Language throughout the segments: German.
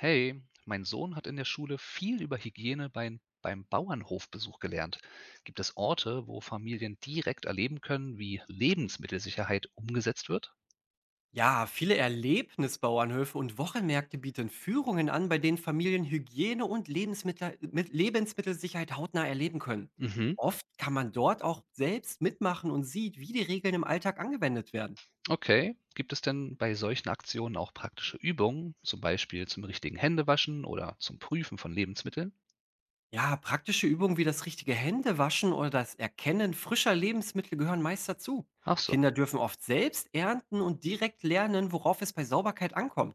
Hey, mein Sohn hat in der Schule viel über Hygiene beim Bauernhofbesuch gelernt. Gibt es Orte, wo Familien direkt erleben können, wie Lebensmittelsicherheit umgesetzt wird? Ja, viele Erlebnisbauernhöfe und Wochenmärkte bieten Führungen an, bei denen Familien mit Lebensmittelsicherheit hautnah erleben können. Mhm. Oft kann man dort auch selbst mitmachen und sieht, wie die Regeln im Alltag angewendet werden. Okay. Gibt es denn bei solchen Aktionen auch praktische Übungen, zum Beispiel zum richtigen Händewaschen oder zum Prüfen von Lebensmitteln? Ja, praktische Übungen wie das richtige Händewaschen oder das Erkennen frischer Lebensmittel gehören meist dazu. Ach so. Kinder dürfen oft selbst ernten und direkt lernen, worauf es bei Sauberkeit ankommt.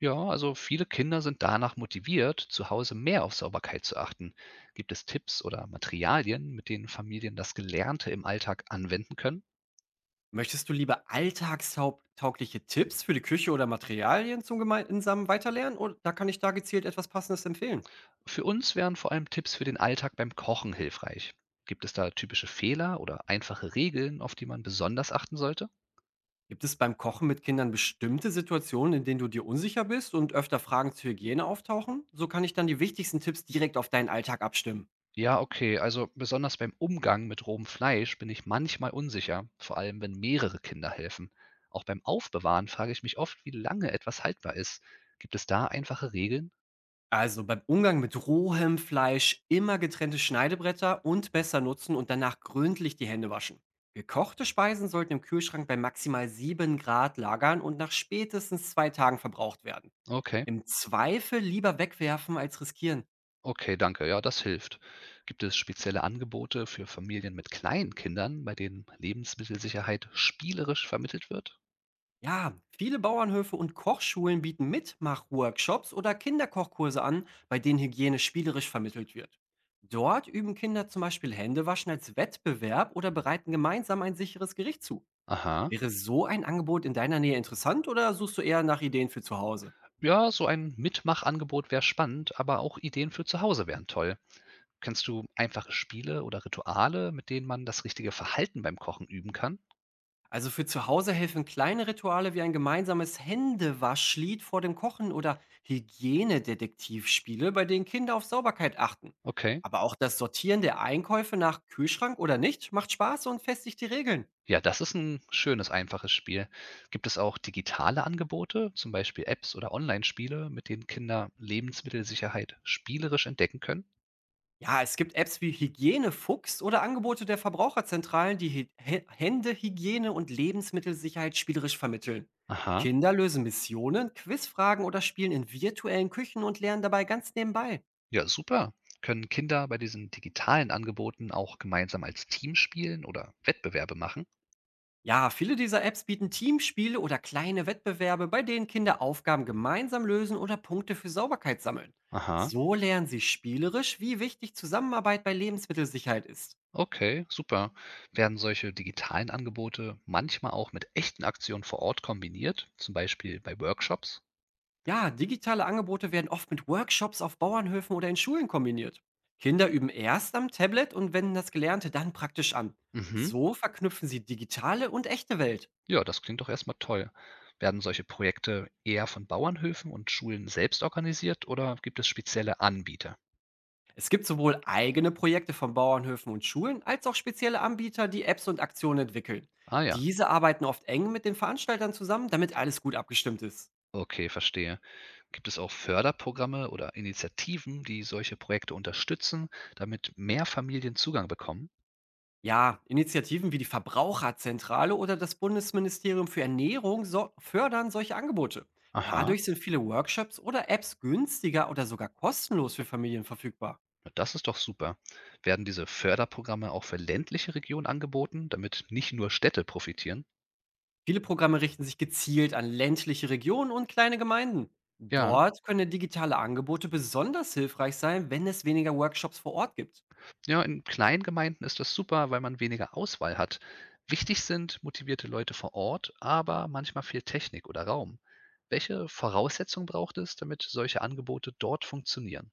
Ja, also viele Kinder sind danach motiviert, zu Hause mehr auf Sauberkeit zu achten. Gibt es Tipps oder Materialien, mit denen Familien das Gelernte im Alltag anwenden können? Möchtest du lieber alltagstaugliche Tipps für die Küche oder Materialien zum gemeinsamen Weiterlernen? Oder da kann ich da gezielt etwas Passendes empfehlen. Für uns wären vor allem Tipps für den Alltag beim Kochen hilfreich. Gibt es da typische Fehler oder einfache Regeln, auf die man besonders achten sollte? Gibt es beim Kochen mit Kindern bestimmte Situationen, in denen du dir unsicher bist und öfter Fragen zur Hygiene auftauchen? So kann ich dann die wichtigsten Tipps direkt auf deinen Alltag abstimmen. Ja, okay, also besonders beim Umgang mit rohem Fleisch bin ich manchmal unsicher, vor allem wenn mehrere Kinder helfen. Auch beim Aufbewahren frage ich mich oft, wie lange etwas haltbar ist. Gibt es da einfache Regeln? Also beim Umgang mit rohem Fleisch immer getrennte Schneidebretter und besser nutzen und danach gründlich die Hände waschen. Gekochte Speisen sollten im Kühlschrank bei maximal 7 Grad lagern und nach spätestens 2 Tagen verbraucht werden. Okay, Im Zweifel lieber wegwerfen als riskieren. okay, danke, ja, das hilft. Gibt es spezielle Angebote für Familien mit kleinen Kindern, bei denen Lebensmittelsicherheit spielerisch vermittelt wird? Ja, viele Bauernhöfe und Kochschulen bieten Mitmachworkshops oder Kinderkochkurse an, bei denen Hygiene spielerisch vermittelt wird. Dort üben Kinder zum Beispiel Händewaschen als Wettbewerb oder bereiten gemeinsam ein sicheres Gericht zu. Aha. Wäre so ein Angebot in deiner Nähe interessant oder suchst du eher nach Ideen für zu Hause? Ja, so ein Mitmachangebot wäre spannend, aber auch Ideen für zu Hause wären toll. Kennst du einfache Spiele oder Rituale, mit denen man das richtige Verhalten beim Kochen üben kann? Also für zu Hause helfen kleine Rituale wie ein gemeinsames Händewaschlied vor dem Kochen oder Hygienedetektivspiele, bei denen Kinder auf Sauberkeit achten. Okay. Aber auch das Sortieren der Einkäufe nach Kühlschrank oder nicht macht Spaß und festigt die Regeln. Ja, das ist ein schönes, einfaches Spiel. Gibt es auch digitale Angebote, zum Beispiel Apps oder Online-Spiele, mit denen Kinder Lebensmittelsicherheit spielerisch entdecken können? Ja, es gibt Apps wie Hygienefuchs oder Angebote der Verbraucherzentralen, die Hygiene und Lebensmittelsicherheit spielerisch vermitteln. Aha, Kinder lösen Missionen, Quizfragen oder spielen in virtuellen Küchen und lernen dabei ganz nebenbei. ja, super. Können Kinder bei diesen digitalen Angeboten auch gemeinsam als Team spielen oder Wettbewerbe machen? Ja, viele dieser Apps bieten Teamspiele oder kleine Wettbewerbe, bei denen Kinder Aufgaben gemeinsam lösen oder Punkte für Sauberkeit sammeln. Aha. So lernen sie spielerisch, wie wichtig Zusammenarbeit bei Lebensmittelsicherheit ist. Okay, super. Werden solche digitalen Angebote manchmal auch mit echten Aktionen vor Ort kombiniert, zum Beispiel bei Workshops? Ja, digitale Angebote werden oft mit Workshops auf Bauernhöfen oder in Schulen kombiniert. Kinder üben erst am Tablet und wenden das Gelernte dann praktisch an. Mhm. So verknüpfen sie digitale und echte Welt. Ja, das klingt doch erstmal toll. Werden solche Projekte eher von Bauernhöfen und Schulen selbst organisiert oder gibt es spezielle Anbieter? Es gibt sowohl eigene Projekte von Bauernhöfen und Schulen als auch spezielle Anbieter, die Apps und Aktionen entwickeln. Ah ja, Diese arbeiten oft eng mit den Veranstaltern zusammen, damit alles gut abgestimmt ist. okay, verstehe. Gibt es auch Förderprogramme oder Initiativen, die solche Projekte unterstützen, damit mehr Familien Zugang bekommen? Ja, Initiativen wie die Verbraucherzentrale oder das Bundesministerium für Ernährung fördern solche Angebote. Aha. Dadurch sind viele Workshops oder Apps günstiger oder sogar kostenlos für Familien verfügbar. Na, das ist doch super. Werden diese Förderprogramme auch für ländliche Regionen angeboten, damit nicht nur Städte profitieren? Viele Programme richten sich gezielt an ländliche Regionen und kleine Gemeinden. Ja, Dort können digitale Angebote besonders hilfreich sein, wenn es weniger Workshops vor Ort gibt. ja, in kleinen Gemeinden ist das super, weil man weniger Auswahl hat. Wichtig sind motivierte Leute vor Ort, aber manchmal fehlt Technik oder Raum. Welche Voraussetzungen braucht es, damit solche Angebote dort funktionieren?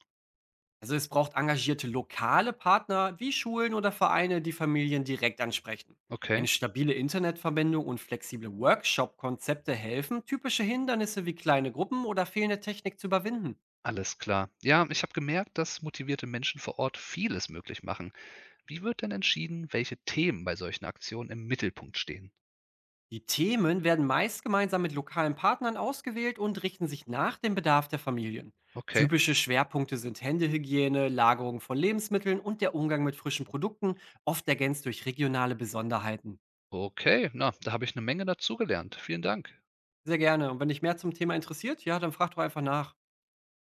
Also es braucht engagierte lokale Partner wie Schulen oder Vereine, die Familien direkt ansprechen. Eine Okay, stabile Internetverbindung und flexible Workshop-Konzepte helfen, typische Hindernisse wie kleine Gruppen oder fehlende Technik zu überwinden. alles klar. Ja, ich habe gemerkt, dass motivierte Menschen vor Ort vieles möglich machen. Wie wird denn entschieden, welche Themen bei solchen Aktionen im Mittelpunkt stehen? Die Themen werden meist gemeinsam mit lokalen Partnern ausgewählt und richten sich nach dem Bedarf der Familien. Okay. Typische Schwerpunkte sind Händehygiene, Lagerung von Lebensmitteln und der Umgang mit frischen Produkten, oft ergänzt durch regionale Besonderheiten. Okay, na, da habe ich eine Menge dazugelernt. Vielen Dank. Sehr gerne. Und wenn dich mehr zum Thema interessiert, ja, dann frag doch einfach nach.